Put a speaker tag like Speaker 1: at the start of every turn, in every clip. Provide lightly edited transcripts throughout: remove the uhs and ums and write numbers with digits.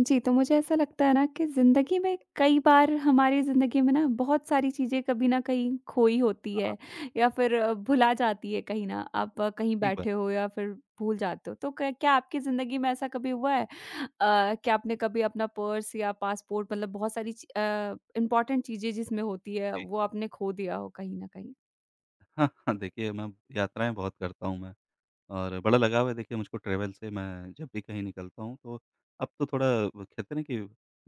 Speaker 1: जी, तो मुझे ऐसा लगता है ना कि ज़िंदगी में कई बार हमारी ज़िंदगी में ना बहुत सारी चीज़ें कभी न कहीं खोई होती है
Speaker 2: हाँ,
Speaker 1: या फिर भुला जाती है कहीं ना। आप कहीं
Speaker 2: ठीक बात
Speaker 1: बैठे हो या फिर भूल जाते हो। तो क क्या आपकी ज़िंदगी में ऐसा कभी हुआ है कि आपने कभी अपना पर्स या पासपोर्ट मतलब बहुत सारी इम्पोर्टेंट चीज़ें जिसमें होती
Speaker 2: है,
Speaker 1: है
Speaker 2: जी।
Speaker 1: वो आपने खो दिया हो कहीं न कहीं?
Speaker 2: हाँ, हाँ, देखिए मैं यात्राएँ बहुत करता हूँ मैं और बड़ा लगाव है देखिए मुझको ट्रैवल से, मैं जब भी कहीं निकलता हूँ तो अब तो थोड़ा वो कहते हैं ना कि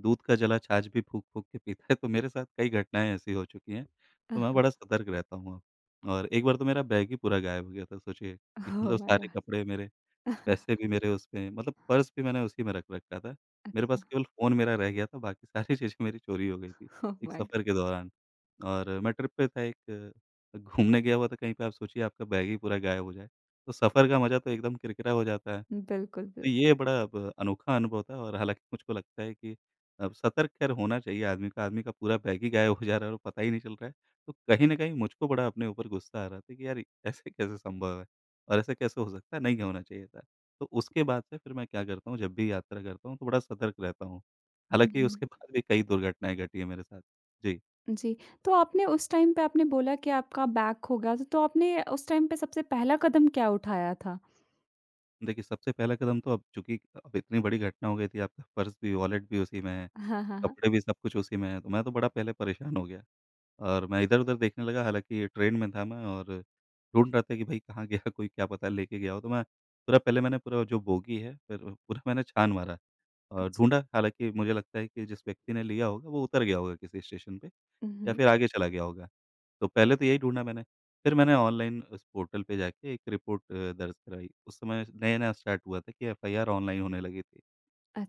Speaker 2: दूध का जला छाछ भी फूँक-फूँक के पीता है, तो मेरे साथ कई घटनाएँ ऐसी हो चुकी हैं, तो मैं बड़ा सतर्क रहता हूँ अब। और एक बार तो मेरा बैग ही पूरा गायब हो गया था, सोचिए कि
Speaker 1: ओह
Speaker 2: मतलब
Speaker 1: माय गॉड!
Speaker 2: सारे कपड़े मेरे पैसे भी मेरे उसमें मतलब पर्स भी मैंने उसी में रख रखा था। मेरे
Speaker 1: अच्छा।
Speaker 2: पास केवल फ़ोन मेरा रह गया था, बाकी सारी चीज़ें मेरी चोरी हो गई थी,
Speaker 1: ओह
Speaker 2: एक
Speaker 1: माय गॉड!
Speaker 2: सफ़र के दौरान। और मैं ट्रिप पे था एक घूमने गया हुआ था कहीं पे आप सोचिए आपका बैग ही पूरा गायब हो जाए, तो सफ़र का मज़ा तो एकदम किरकिरा हो जाता है।
Speaker 1: बिल्कुल, बिल्कुल।
Speaker 2: तो ये बड़ा अब अनोखा अनुभव था और हालाँकि मुझको लगता है कि अब सतर्क ख़ैर होना चाहिए आदमी का पूरा बैग ही गायब हो जा रहा है और पता ही नहीं चल रहा है। तो कहीं न कहीं मुझको बड़ा अपने ऊपर गुस्सा आ रहा था कि यार ऐसे कैसे संभव है और ऐसे कैसे हो सकता है, नहीं होना चाहिए था। तो उसके बाद से फिर मैं क्या करता हूँ, जब भी यात्रा करता हूँ तो बड़ा सतर्क रहता हूँ। हालाँकि उसके बाद भी कई दुर्घटनाएँ घटी हैं मेरे साथ। जी,
Speaker 1: जी। तो आपने उस टाइम पे आपने बोला कि आपका बैग खो गया था, तो आपने उस टाइम पे सबसे पहला कदम क्या उठाया था?
Speaker 2: देखिए सबसे पहला कदम तो अब चूँकि अब इतनी बड़ी घटना हो गई थी, आपका पर्स भी, वॉलेट भी उसी में है,
Speaker 1: हाँ, हाँ, हाँ।
Speaker 2: कपड़े भी सब कुछ उसी में है, तो मैं तो बड़ा पहले परेशान हो गया। और मैं इधर-उधर देखने लगा, हालाँकि ट्रेन में था मैं और ढूँढ रहा था कि भाई कहाँ गया कोई क्या पता लेके गया हो, तो मैं पूरा पहले मैंने पूरा जो बोगी है, फिर पूरा मैंने छान मारा और
Speaker 1: अच्छा।
Speaker 2: ढूँढा, हालाँकि मुझे लगता है कि जिस व्यक्ति ने लिया होगा वो उतर गया होगा किसी स्टेशन पे या
Speaker 1: उहुँ।
Speaker 2: फिर आगे चला गया होगा। तो पहले तो यही ढूँढा मैंने, फिर मैंने ऑनलाइन उस पोर्टल पे जाके एक रिपोर्ट दर्ज कराई। उस समय नया-नया स्टार्ट हुआ था कि एफआईआर ऑनलाइन होने लगी थी।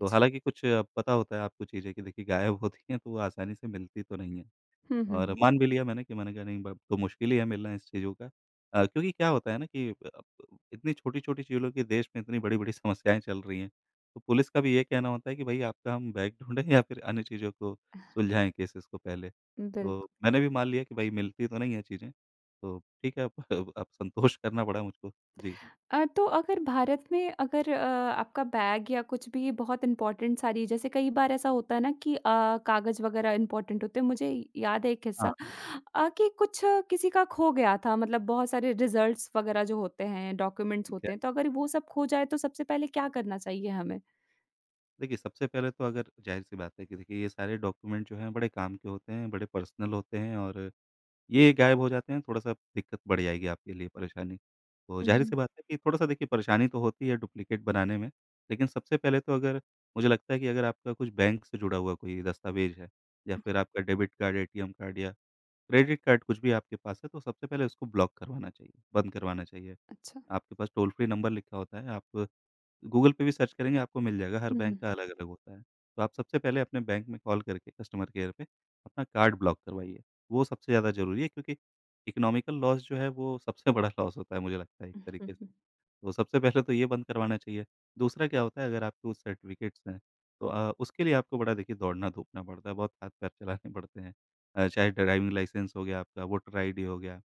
Speaker 2: तो हालाँकि कुछ पता होता है आपको चीज़ें कि देखिए गायब होती हैं, तो वो आसानी से मिलती तो नहीं है।
Speaker 1: हुँ, हुँ,
Speaker 2: और
Speaker 1: हुँ।
Speaker 2: मान भी लिया मैंने कि मैंने कहा नहीं ब तो मुश्किल ही है मिलना इस चीज़ों का। क्योंकि क्या होता है ना कि इतनी छोटी-छोटी चीज़ों की देश में इतनी बड़ी-बड़ी समस्याएँ चल रही हैं। तो पुलिस का भी ये कहना होता है कि भई आपका हम बैग ढूँढें या फिर अन्य चीज़ों को सुलझाएँ केसेज़ को पहले।
Speaker 1: बिल्कुल।
Speaker 2: तो मैंने भी मान लिया कि भई मिलती तो नहीं है चीज़ें, तो ठीक है अब संतोष करना पड़ा मुझको। जी।
Speaker 1: तो अगर भारत में अगर आपका बैग या कुछ भी बहुत इम्पोर्टेंट सारी जैसे कई बार ऐसा होता है ना कि कागज़ वगैरह इम्पोर्टेंट होते हैं, मुझे याद है एक
Speaker 2: हाँ,
Speaker 1: किस्सा
Speaker 2: हाँ,
Speaker 1: कि किसी का खो गया था मतलब बहुत सारे रिज़ल्ट्स वगैरह जो होते हैं, डॉक्यूमेंट्स
Speaker 2: ठीक है।
Speaker 1: होते हैं, तो अगर वो सब खो जाए तो सबसे पहले क्या करना चाहिए हमें?
Speaker 2: देखिए सबसे पहले तो अगर ज़ाहिर-सी बात है कि देखिए ये सारे डॉक्यूमेंट जो हैं बड़े काम के होते हैं, बड़े पर्सनल होते हैं और ये गायब हो जाते हैं, थोड़ा-सा दिक्कत बढ़ जाएगी आपके लिए परेशानी। तो ज़ाहिर-सी
Speaker 1: उहुँ,
Speaker 2: बात है कि थोड़ा-सा देखिए परेशानी तो होती है डुप्लीकेट बनाने में, लेकिन सबसे पहले तो अगर मुझे लगता है कि अगर आपका कुछ बैंक से जुड़ा हुआ कोई दस्तावेज़ है या
Speaker 1: उहुँ।
Speaker 2: फिर आपका डेबिट कार्ड, एटीएम कार्ड या क्रेडिट कार्ड कुछ भी आपके पास है, तो सबसे पहले उसको ब्लॉक करवाना चाहिए, बंद करवाना चाहिए।
Speaker 1: अच्छा।
Speaker 2: आपके पास टोल फ्री नंबर लिखा होता है, आप गूगल पे भी सर्च करेंगे आपको मिल जाएगा, हर
Speaker 1: हुँ,
Speaker 2: बैंक
Speaker 1: हुँ,
Speaker 2: का अलग-अलग होता है। तो आप सबसे पहले अपने बैंक में कॉल करके कस्टमर केयर पे अपना कार्ड ब्लॉक करवाइए। वो सबसे ज़्यादा ज़रूरी है क्योंकि इकोनॉमिकल लॉस जो है वो सबसे बड़ा लॉस होता है मुझे लगता है एक
Speaker 1: हुँ, हुँ,
Speaker 2: तरीके
Speaker 1: हुँ।
Speaker 2: से। तो सबसे पहले तो ये बंद करवाना चाहिए। दूसरा क्या होता है अगर आपके कुछ सर्टिफ़िकेट्स हैं तो उसके लिए आपको बड़ा देखिए दौड़ना-धूपना पड़ता है, बहुत हाथ-पैर चलाने पड़ते हैं। चाहे ड्राइविंग लाइसेंस हो गया आपका, वोटर आईडी हो गया।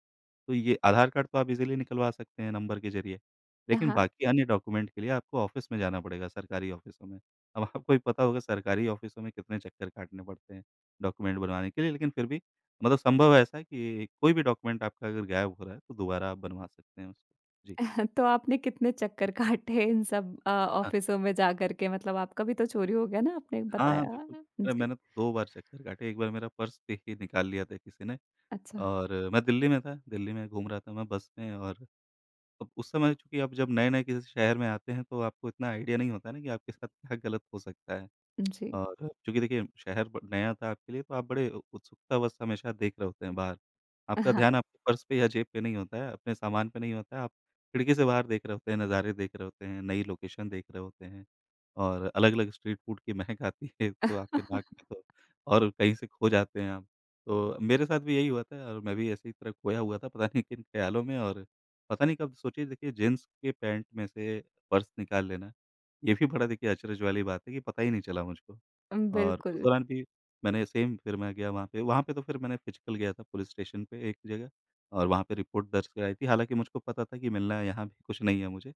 Speaker 2: तो ये आधार कार्ड तो आप इज़िली निकलवा सकते हैं नंबर के ज़रिए, लेकिन
Speaker 1: हाँ।
Speaker 2: बाकी अन्य डॉक्यूमेंट के लिए आपको ऑफ़िस में जाना पड़ेगा, सरकारी ऑफ़िसों में। अब आपको भी पता होगा सरकारी ऑफ़िसों में कितने चक्कर काटने पड़ते हैं डॉक्यूमेंट बनवाने के लिए, लेकिन फिर भी मतलब संभव है ऐसा कि कोई भी डॉक्यूमेंट आपका अगर गायब हो रहा है, तो दोबारा आप बनवा सकते हैं उसको। जी।
Speaker 1: तो आपने कितने चक्कर काटे इन सब
Speaker 2: हाँ,
Speaker 1: ऑफ़िसों में जाकर के? मतलब आपका भी तो चोरी हो गया ना, आपने
Speaker 2: हाँ, हाँ,
Speaker 1: बताया।
Speaker 2: बिल्कुल। अरे!
Speaker 1: जी।
Speaker 2: मैंने तो 2 बार चक्कर काटे, एक बार मेरा पर्स देखिए निकाल लिया था किसी ने
Speaker 1: अच्छा।
Speaker 2: और मैं दिल्ली में था, दिल्ली में घूम रहा था मैं बस में और अब उस समय चूँकि आप जब नए-नए किसी शहर में आते हैं, तो आपको इतना आइडिया नहीं होता है ना कि आपके साथ क्या गलत हो सकता है।
Speaker 1: जी।
Speaker 2: और चूँकि देखिए शहर ब नया था आपके लिए तो आप बड़े उ उत्सुकतावश हमेशा देख रहे होते हैं बाहर। आपका
Speaker 1: हाँ।
Speaker 2: ध्यान आपके पर्स पे या जेब पे नहीं होता है, अपने सामान पे नहीं होता है, आप खिड़की से बाहर देख रहे होते हैं, नज़ारे देख रहे होते हैं, नई लोकेशन देख रहे होते हैं और अलग-अलग स्ट्रीट फूड की महक आती है तो आपके नाक में तो और कहीं से खो जाते हैं आप। तो मेरे साथ भी यही हुआ था और मैं भी ऐसी तरह खोया हुआ था पता नहीं किन ख़्यालों में और पता नहीं कब सोचिए देखिए जीन्स के पैंट में से पर्स निकाल लेना, ये भी बड़ा देखिए अचरज वाली बात है कि पता ही नहीं चला मुझको। और उस
Speaker 1: बिल्कुल।
Speaker 2: दौरान भी मैंने सेम फिर मैं गया वहाँ पे तो फिर मैंने फिजिकल गया था पुलिस स्टेशन पे एक जगह और वहाँ पे रिपोर्ट दर्ज कराई थी। हालाँकि मुझको पता था कि मिलना यहाँ भी कुछ नहीं है मुझे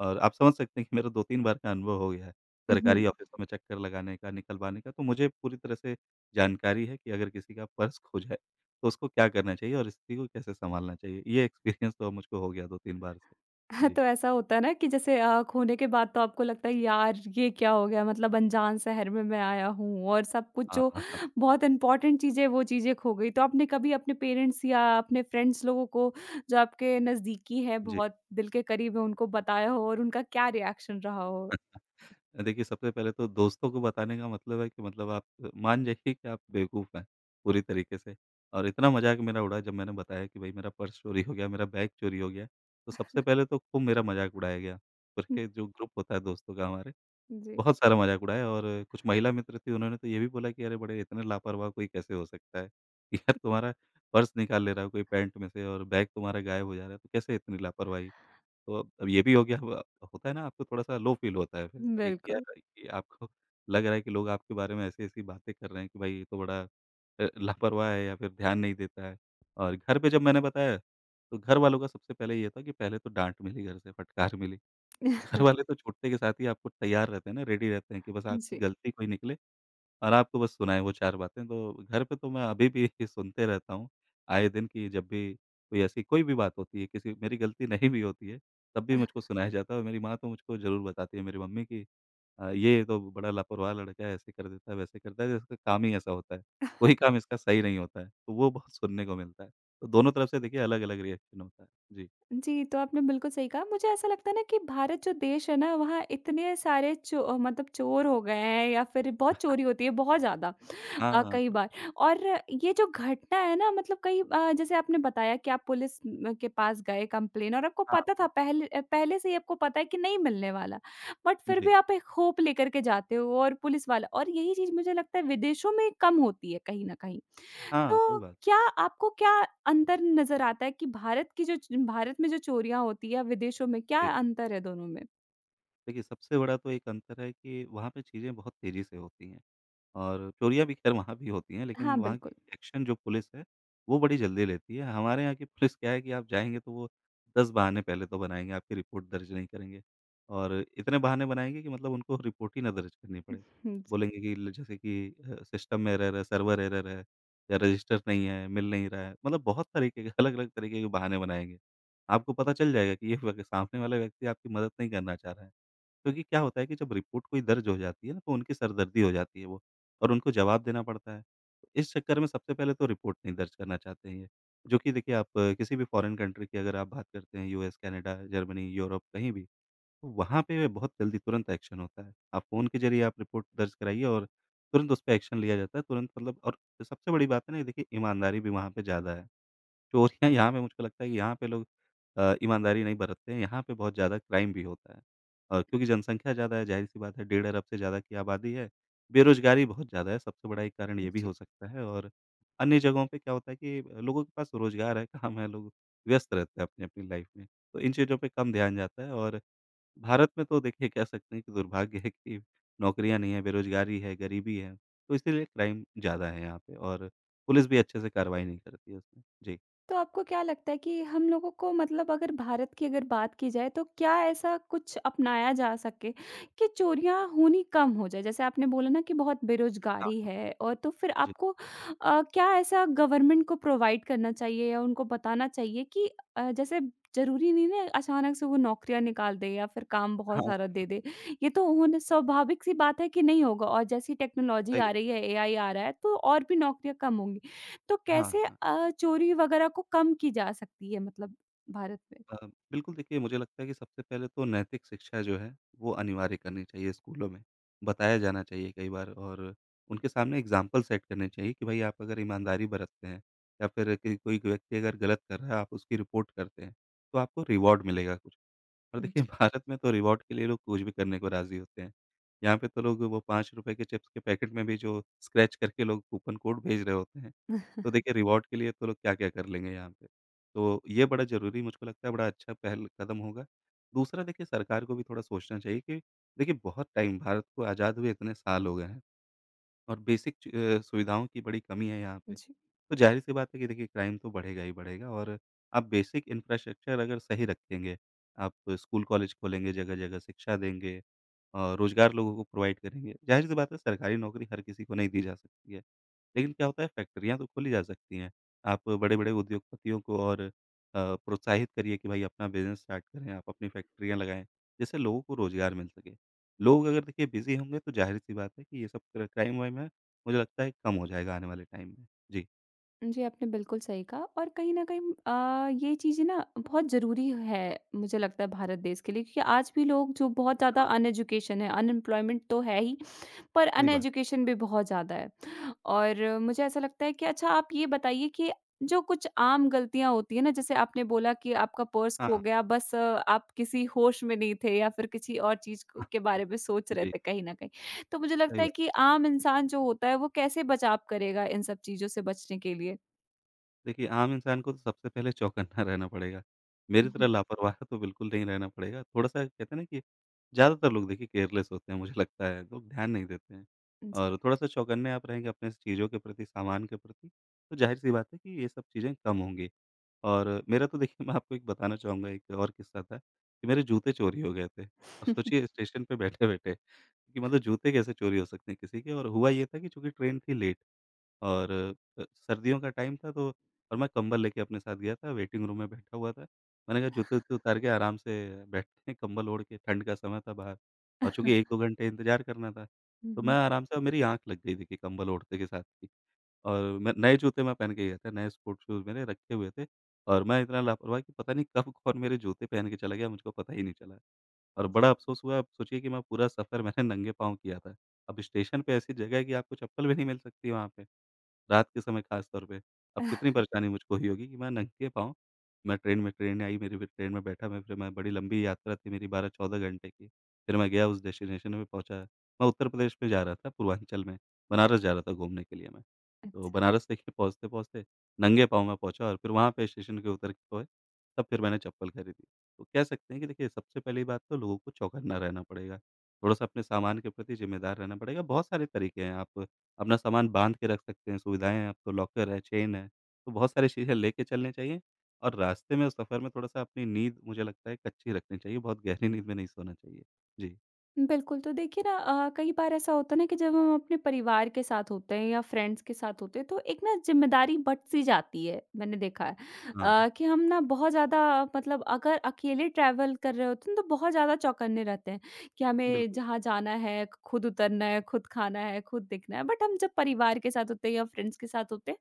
Speaker 2: और आप समझ सकते हैं कि मेरा 2-3 बार का अनुभव हो गया है, सरकारी ऑफ़िसों में चक्कर लगाने का, निकलवाने का। तो मुझे पूरी तरह से जानकारी है कि अगर किसी का पर्स खो जाए, तो उसको क्या करना चाहिए और स्थिति को कैसे सँभालना चाहिए। ये एक्सपीरियंस तो मुझको हो गया 2-3 बार से।
Speaker 1: हाँ,
Speaker 2: जी।
Speaker 1: तो ऐसा होता है ना कि जैसे खोने के बाद तो आपको लगता है यार ये क्या हो गया मतलब अनजान शहर में मैं आया हूँ और सब कुछ
Speaker 2: हाँ,
Speaker 1: जो
Speaker 2: हाँ, हाँ।
Speaker 1: बहुत इंपॉर्टेंट चीज़ें वो चीज़ें खो गई। तो आपने कभी अपने पेरेंट्स या अपने फ्रेंड्स लोगों को जो आपके नज़दीकी है,
Speaker 2: जी।
Speaker 1: बहुत दिल के करीब है उनको बताया हो और उनका क्या रिएक्शन रहा हो?
Speaker 2: देखिए, सबसे पहले तो दोस्तों को बताने का मतलब है कि मतलब आप मान जाइए कि आप बेवकूफ़ हैं, पूरी तरीके से और इतना मज़ाक मेरा उड़ा जब मैंने बताया कि भई मेरा पर्स चोरी हो गया, मेरा बैग चोरी हो गया, तो सबसे पहले तो खूब मेरा मज़ाक उड़ाया गया। फिर जो ग्रुप होता है दोस्तों का हमारे,
Speaker 1: जी।
Speaker 2: बहुत सारा मज़ाक उड़ाया और कुछ महिला मित्र थीं, उन्होंने तो ये भी बोला कि अरे! बड़े इतने लापरवाह कोई कैसे हो सकता है कि यार तुम्हारा पर्स निकाल ले रहा है कोई पैंट में से और बैग तुम्हारा गायब हो जा रहा है, तो कैसे इतनी लापरवाही? तो अब ये भी हो गया अब होता है ना आपको थोड़ा-सा लो फ़ील होता है फिर एक
Speaker 1: बिल्कुल।
Speaker 2: यार कि आपको लग रहा है कि लोग आपके बारे में ऐसी-ऐसी बातें कर रहे हैं कि भाई ये तो बड़ा लापरवाह है या फिर ध्यान नहीं देता है। और घर पे जब मैंने बताया तो घर वालों का सबसे पहले ये था कि पहले तो डाँट मिली घर से, फटकार मिली। घर वाले तो छूटते के साथ ही आपको तैयार रहते हैं ना, रेडी रहते हैं कि बस आपकी
Speaker 1: जी।
Speaker 2: गलती कोई निकले और आपको बस सुनाएँ वो 4 बातें। तो घर पे तो मैं अभी भी सुनते रहता हूँ, आए दिन कि जब भी कोई ऐसी कोई भी बात होती है, किसी मेरी गलती नहीं भी होती है, तब भी मुझको सुनाया जाता है और मेरी माँ तो मुझको ज़रूर बताती है, मेरी मम्मी कि "ये तो बड़ा लापरवाह लड़का है, ऐसे कर देता है, वैसे करता है, जैसे इसका काम ही ऐसा होता है, कोई काम इसका सही नहीं होता है।" तो वो बहुत सुनने को मिलता है। तो दोनों तरफ से देखिए अलग-अलग रिएक्शन होता है। जी।
Speaker 1: जी, तो आपने बिल्कुल सही कहा। मुझे ऐसा लगता है ना कि भारत जो देश है ना वहाँ इतने सारे चो मतलब चोर हो गए हैं या फिर बहुत चोरी होती है बहुत ज़्यादा।
Speaker 2: हाँ,
Speaker 1: कई
Speaker 2: बिल्कुल,
Speaker 1: बार और ये जो घटना है ना मतलब जैसे आपने बताया कि आप पुलिस म के पास गए कंप्लेन और आपको
Speaker 2: हाँ,
Speaker 1: पता था
Speaker 2: हाँ।
Speaker 1: पहले से ही आपको पता है कि नहीं मिलने वाला, बट फिर
Speaker 2: जी।
Speaker 1: भी आप एक होप लेकर के जाते हो और पुलिस वाला और यही चीज़ मुझे लगता है विदेशों में कम होती है कहीं न कहीं।
Speaker 2: हाँ,
Speaker 1: तो
Speaker 2: सही बात।
Speaker 1: क्या आपको क्या अंतर नज़र आता है कि भारत में जो चोरियाँ होती है या विदेशों में, क्या
Speaker 2: जी।
Speaker 1: अंतर है दोनों में?
Speaker 2: देखिए सबसे बड़ा तो एक अंतर है कि वहाँ पे चीज़ें बहुत तेज़ी से होती हैं। और चोरियाँ भी खैर वहाँ भी होती हैं, लेकिन
Speaker 1: हाँ,
Speaker 2: वहाँ की
Speaker 1: बिल्कुल।
Speaker 2: एक्शन जो पुलिस है, वो बड़ी जल्दी लेती है। हमारे यहाँ की पुलिस क्या है कि आप जाएँगे तो वो 10 बहाने पहले तो बनाएँगे, आपकी रिपोर्ट दर्ज नहीं करेंगे और इतने बहाने बनाएँगे कि मतलब उनको रिपोर्ट ही ना दर्ज करनी पड़े।
Speaker 1: हुँ।
Speaker 2: बोलेंगे कि ल जैसे कि सिस्टम में एरर है, सर्वर एरर है या रजिस्टर नहीं है, मिल नहीं रहा है। मतलब बहुत तरीके के अलग-अलग तरीके के बहाने बनाएँगे। आपको पता चल जाएगा कि ये सामने वाला व्यक्ति आपकी मदद नहीं करना चाह रहा है। क्योंकि क्या होता है कि जब रिपोर्ट कोई दर्ज हो जाती है ना तो उनकी सरदर्दी हो जाती है वो और उनको जवाब देना पड़ता है। इस चक्कर में सबसे पहले तो रिपोर्ट नहीं दर्ज करना चाहते हैं ये। जो कि देखिए आप किसी भी फ़ॉरेन कंट्री की अगर आप बात करते हैं यूएस, कनाडा, जर्मनी, यूरोप कहीं भी, तो वहाँ पे बहुत जल्दी तुरंत एक्शन होता है। आप फ़ोन के ज़रिए आप रिपोर्ट दर्ज कराइए और तुरंत उस पे एक्शन लिया जाता है। तुरंत मतलब और सबसे बड़ी बात है ना देखिए ईमानदारी भी वहाँ पे ज़्यादा है। चोरियाँ यहाँ पे मुझको लगता है कि यहाँ पे लोग ईमानदारी नहीं बरतते हैं, यहाँ पे बहुत ज़्यादा क्राइम भी होता है। और क्योंकि जनसंख्या ज़्यादा है, ज़ाहिर-सी बात है, 1.5 अरब से ज़्यादा की आबादी है, बेरोज़गारी बहुत ज़्यादा है, सबसे बड़ा एक कारण ये भी
Speaker 1: जी।
Speaker 2: हो सकता है और अन्य जगहों पे क्या होता है कि लोगों के पास रोज़गार है, काम है, लोग व्यस्त रहते हैं अपनी-अपनी लाइफ़ में, तो इन चीज़ों पे कम ध्यान जाता है और भारत में तो देखिए कह सकते हैं कि दुर्भाग्य है कि नौकरियाँ नहीं हैं, बेरोज़गारी है, गरीबी है, तो इसीलिए क्राइम ज़्यादा है यहाँ पे और पुलिस भी अच्छे से कार्रवाई नहीं करती है उसमें। जी।
Speaker 1: तो आपको क्या लगता है कि हम लोगों को मतलब अगर भारत की अगर बात की जाए तो क्या ऐसा कुछ अपनाया जा सके कि चोरियां होनी कम हो जाए? जैसे आपने बोला ना कि बहुत बेरोजगारी
Speaker 2: हाँ।
Speaker 1: है और तो फिर
Speaker 2: जी।
Speaker 1: आपको क्या ऐसा गवर्नमेंट को प्रोवाइड करना चाहिए या उनको बताना चाहिए कि अ, जैसे जरूरी नहीं ना अचानक से वो नौकरियां निकाल दे या फिर काम बहुत
Speaker 2: हाँ,
Speaker 1: सारा दे दे ये तो उन्होंने स्वाभाविक सी बात है कि नहीं होगा और जैसी टेक्नोलॉजी
Speaker 2: सही
Speaker 1: आ
Speaker 2: बात
Speaker 1: रही
Speaker 2: है।
Speaker 1: है एआई आ रहा है तो और भी नौकरियां कम होंगी तो
Speaker 2: हाँ,
Speaker 1: कैसे
Speaker 2: हाँ।
Speaker 1: चोरी वगैरह को कम की जा सकती है मतलब भारत में?
Speaker 2: अ, बिल्कुल देखिए मुझे लगता है कि सबसे पहले तो नैतिक शिक्षा जो है वो अनिवार्य करनी चाहिए स्कूलों में। बताया जाना चाहिए कई बार और उनके सामने एग्ज़ाम्पल सेट करने चाहिए कि भई आप अगर ईमानदारी बरतते हैं या फिर कि कोई व्यक्ति अगर गलत कर रहा है आप उसकी रिपोर्ट करते हैं, तो आपको रिवॉर्ड मिलेगा कुछ। और देखिए
Speaker 1: जी,
Speaker 2: भारत में तो रिवॉर्ड के लिए लोग कुछ भी करने को राज़ी होते हैं। यहाँ पे तो लोग वो ₹5 के चिप्स के पैकेट में भी जो स्क्रैच करके लोग कूपन कोड भेज रहे होते हैं। तो देखिए रिवॉर्ड के लिए तो लोग क्या-क्या कर लेंगे यहाँ पे। तो ये बड़ा ज़रूरी मुझको लगता है बड़ा अच्छा पहल कदम होगा। दूसरा देखिए सरकार को भी थोड़ा सोचना चाहिए कि देखिए बहुत टाइम भारत को आज़ाद हुए इतने साल हो गए हैं। और बेसिक सुविधाओं की बड़ी कमी है यहाँ पे।
Speaker 1: जी।
Speaker 2: तो ज़ाहिर-सी बात है कि देखिए क्राइम तो बढ़ेगा ही बढ़ेगा और आप बेसिक इंफ्रास्ट्रक्चर अगर सही रखेंगे, आप स्कूल कॉलेज खोलेंगे जगह-जगह, शिक्षा देंगे और रोज़गार लोगों को प्रोवाइड करेंगे। ज़ाहिर-सी बात है सरकारी नौकरी हर किसी को नहीं दी जा सकती है। लेकिन क्या होता है फैक्ट्रियाँ तो खोली जा सकती हैं। आप बड़े-बड़े उद्योगपतियों को और प्रोत्साहित करिए कि भाई अपना बिज़नेस स्टार्ट करें, आप अपनी फैक्ट्रियाँ लगाएँ, जिससे लोगों को रोज़गार मिल सके। लोग अगर देखिए बिज़ी होंगे तो ज़ाहिर-सी बात है कि ये सब क्राइम वाइम है, मुझे लगता है कम हो जाएगा आने वाले टाइम में। जी,
Speaker 1: जी, आपने बिल्कुल सही कहा और कहीं न कहीं ये चीज़ें ना बहुत ज़रूरी है, मुझे लगता है भारत देश के लिए क्योंकि आज भी लोग जो बहुत ज़्यादा
Speaker 2: हाँ।
Speaker 1: अनएजुकेशन है, अनएम्प्लॉयमेंट तो है ही पर
Speaker 2: सही बात।
Speaker 1: अनएजुकेशन भी बहुत ज़्यादा है। और मुझे ऐसा लगता है कि अच्छा आप ये बताइए कि जो कुछ आम गलतियाँ होती हैं ना, जैसे आपने बोला कि आपका पर्स खो
Speaker 2: हाँ,
Speaker 1: गया, बस आप किसी होश में नहीं थे या फिर किसी और चीज़ क
Speaker 2: हाँ।
Speaker 1: के बारे में सोच रहे
Speaker 2: जी,
Speaker 1: थे कहीं न कहीं। तो मुझे
Speaker 2: सही
Speaker 1: लगता है
Speaker 2: बात।
Speaker 1: कि आम इंसान जो होता है, वो कैसे बचाव करेगा इन सब चीज़ों से बचने के लिए?
Speaker 2: देखिए, आम इंसान को तो सबसे पहले चौकन्ना रहना पड़ेगा। मेरी
Speaker 1: हुँ,
Speaker 2: तरह
Speaker 1: हुँ।
Speaker 2: लापरवाह तो बिल्कुल नहीं रहना पड़ेगा। थोड़ा-सा कहते हैं ना कि ज़्यादातर लोग देखिए केयरलेस होते हैं मुझे लगता है, लोग ध्यान नहीं देते हैं।
Speaker 1: जी।
Speaker 2: और थोड़ा-सा चौकन्ने आप रहेंगे अपने चीज़ों के प्रति, सामान के प्रति, तो ज़ाहिर-सी बात है कि ये सब चीज़ें कम होंगी। और मेरा तो देखिए मैं आपको एक बताना चाहूँगा एक और किस्सा था कि मेरे जूते चोरी हो गए थे। अब सोचिए स्टेशन पे बैठे-बैठे। कि मतलब जूते कैसे चोरी हो सकते हैं किसी के और हुआ ये था कि चूँकि ट्रेन थी लेट और सर्दियों का टाइम था तो और मैं कंबल लेके अपने साथ गया था, वेटिंग रूम में बैठा हुआ था। मैंने कहा जूते-वूते उतार के आराम से बैठते हैं कंबल ओढ़ के, ठंड का समय था बाहर और चूँकि 1-2 घंटे इंतज़ार करना था,
Speaker 1: हुँ,
Speaker 2: तो मैं
Speaker 1: हुँ।
Speaker 2: आराम से और मेरी आँख लग गई देखिए कंबल ओढ़ते के साथ ही। और मैं नए जूते मैं पहन के गया था, नए स्पोर्ट शूज़ मैंने रखे हुए थे और मैं इतना लापरवाह कि पता नहीं कब कौन मेरे जूते पहन के चला गया, मुझको पता ही नहीं चला। और बड़ा अफ़सोस हुआ, आप सोचिए कि मैं पूरा सफ़र मैंने नंगे पाँव किया था। अब स्टेशन पे ऐसी जगह है कि आपको चप्पल भी नहीं मिल सकती वहाँ पे। रात के समय ख़ास तौर पे। अब कितनी परेशानी मुझको हुई होगी कि मैं नंगे पाँव मैं ट्रेन में ट्रेन आई मेरी फिर ट्रेन में बैठा मैं फिर मैं बड़ी लंबी यात्रा थी मेरी 12-14 घंटे की। फिर मैं गया उस डेस्टिनेशन में पहुँचा। मैं उत्तर प्रदेश में जा रहा था पूर्वांचल में,
Speaker 1: अ,
Speaker 2: बनारस जा रहा था घूमने के लिए मैं।
Speaker 1: अ
Speaker 2: तो बनारस देखिए पहुँचते-पहुँचते नंगे पाँव मैं पहुँचा और फिर वहाँ पे स्टेशन के उतर के जो है, तब फिर मैंने चप्पल खरीदी। तो कह सकते हैं कि देखिए सबसे पहली बात तो लोगों को चौकन्ना रहना पड़ेगा। थोड़ा-सा अपने सामान के प्रति ज़िम्मेदार रहना पड़ेगा। बहुत सारे तरीके हैं आप अपना सामान बाँध के रख सकते हैं, सुविधाएँ हैं, अब तो लॉकर है, चेन है, तो बहुत सारी चीज़ें लेके चलनी चाहिए और रास्ते में सफ़र में थोड़ा-सा अपनी नींद मुझे लगता है कच्ची रखनी चाहिए, बहुत गहरी नींद में नहीं सोना चाहिए। जी,
Speaker 1: बिल्कुल, तो देखिए ना कई बार ऐसा होता है ना कि जब हम अपने परिवार के साथ होते हैं या फ्रेंड्स के साथ होते हैं तो एक ना ज़िम्मेदारी बँट-सी जाती है, मैंने देखा है।
Speaker 2: हाँ, हाँ,
Speaker 1: कि हम ना बहुत ज़्यादा मतलब अगर अकेले ट्रैवल कर रहे होते हैं तो बहुत ज़्यादा चौकन्ने रहते हैं कि हमें
Speaker 2: बिल्कुल।
Speaker 1: जहाँ जाना है, खुद उतरना है, खुद खाना है, खुद दिखना है। बट हम जब परिवार के साथ होते हैं या फ्रेंड्स के साथ होते हैं,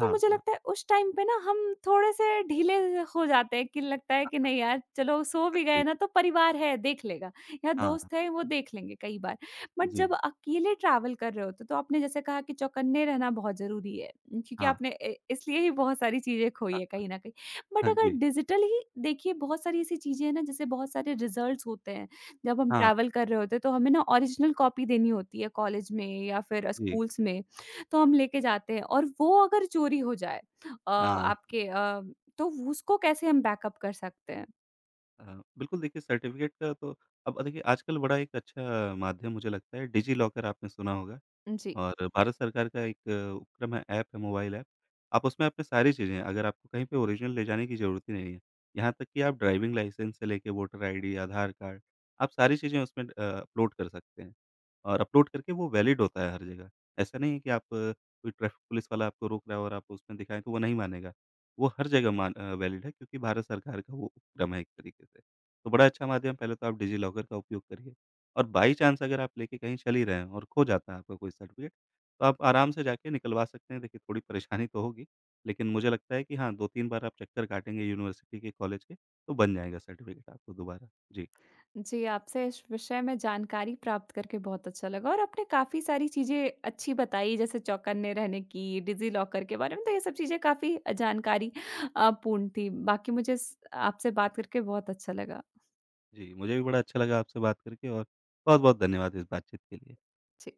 Speaker 1: तो मुझे
Speaker 2: हाँ,
Speaker 1: लगता है उस टाइम पे ना हम थोड़े-से ढीले हो जाते हैं कि लगता है कि नहीं यार चलो सो
Speaker 2: हाँ
Speaker 1: भी गए
Speaker 2: जी,
Speaker 1: ना तो परिवार है देख लेगा। या
Speaker 2: हाँ,
Speaker 1: दोस्त है वो
Speaker 2: बिल्कुल।
Speaker 1: देख लेंगे कई बार। बट जब
Speaker 2: जी,
Speaker 1: अकेले ट्रैवल कर रहे होते हो तो आपने जैसे कहा कि चौकन्ने रहना बहुत ज़रूरी है क्योंकि
Speaker 2: हाँ,
Speaker 1: आपने इ इसलिए ही बहुत सारी चीज़ें खोई
Speaker 2: हाँ,
Speaker 1: है कहीं न कहीं। बट
Speaker 2: हाँ
Speaker 1: अगर
Speaker 2: जी,
Speaker 1: डिजिटल ही देखिए बहुत सारी ऐसी चीज़ें हैं ना जैसे बहुत सारे रिजल्ट्स होते हैं। जब हम
Speaker 2: हाँ,
Speaker 1: ट्रैवल कर रहे होते हैं तो हमें ना ओरिजिनल कॉपी देनी होती है कॉलेज में या फिर
Speaker 2: जी,
Speaker 1: स्कूल्स में। तो हम लेके जाते हैं और वो अगर चोरी हो जाए अ,
Speaker 2: हाँ,
Speaker 1: आपके अ, तो उसको कैसे हम बैकअप कर सकते हैं?
Speaker 2: हाँ, बिल्कुल देखिए सर्टिफ़िकेट का तो अब देखिए आजकल बड़ा एक अच्छा माध्यम मुझे लगता है डिज़ी लॉकर आपने सुना होगा।
Speaker 1: जी।
Speaker 2: और भारत सरकार का एक उपक्रम है, ऐप है, मोबाइल ऐप। आप उसमें अपनी सारी चीज़ें अगर आपको कहीं पे ओरिजिनल ले जाने की ज़रूरत ही नहीं है। यहाँ तक कि आप ड्राइविंग लाइसेंस से लेके वोटर आईडी, आधार कार्ड, आप सारी चीज़ें उसमें अपलोड कर सकते हैं और अपलोड करके वो वैलिड होता है हर जगह। ऐसा नहीं है कि आप कोई ट्रैफ़िक पुलिस वाला आपको रोक रहा है और आप उसमें दिखाएँ तो वो नहीं मानेगा। वो हर जगह वैलिड है क्योंकि भारत सरकार का वो उपक्रम है एक तरीके से। तो बड़ा अच्छा माध्यम पहले तो आप डिजिलॉकर का उपयोग करिए। और बाई चांस अगर आप लेके कहीं चल ही रहे हैं और खो जाता है आपका कोई सर्टिफ़िकेट, तो आप आराम से जाके निकलवा सकते हैं। देखिए, थोड़ी परेशानी तो होगी, लेकिन मुझे लगता है कि हाँ, 2-3 बार आप चक्कर काटेंगे यूनिवर्सिटी के, कॉलेज के, तो बन जाएगा सर्टिफ़िकेट आपको दोबारा। जी।
Speaker 1: जी, आपसे इस विषय में जानकारी प्राप्त करके बहुत अच्छा लगा और आपने काफ़ी सारी चीज़ें अच्छी बताई जैसे चौकन्ने रहने की, डिज़ी लॉकर के बारे में, तो ये सब चीज़ें काफ़ी जानकारी पूर्ण थी। बाकी मुझे स आपसे बात करके बहुत अच्छा लगा।
Speaker 2: जी, मुझे भी बड़ा अच्छा लगा आपसे बात करके और बहुत-बहुत धन्यवाद इस बातचीत के लिए।
Speaker 1: जी।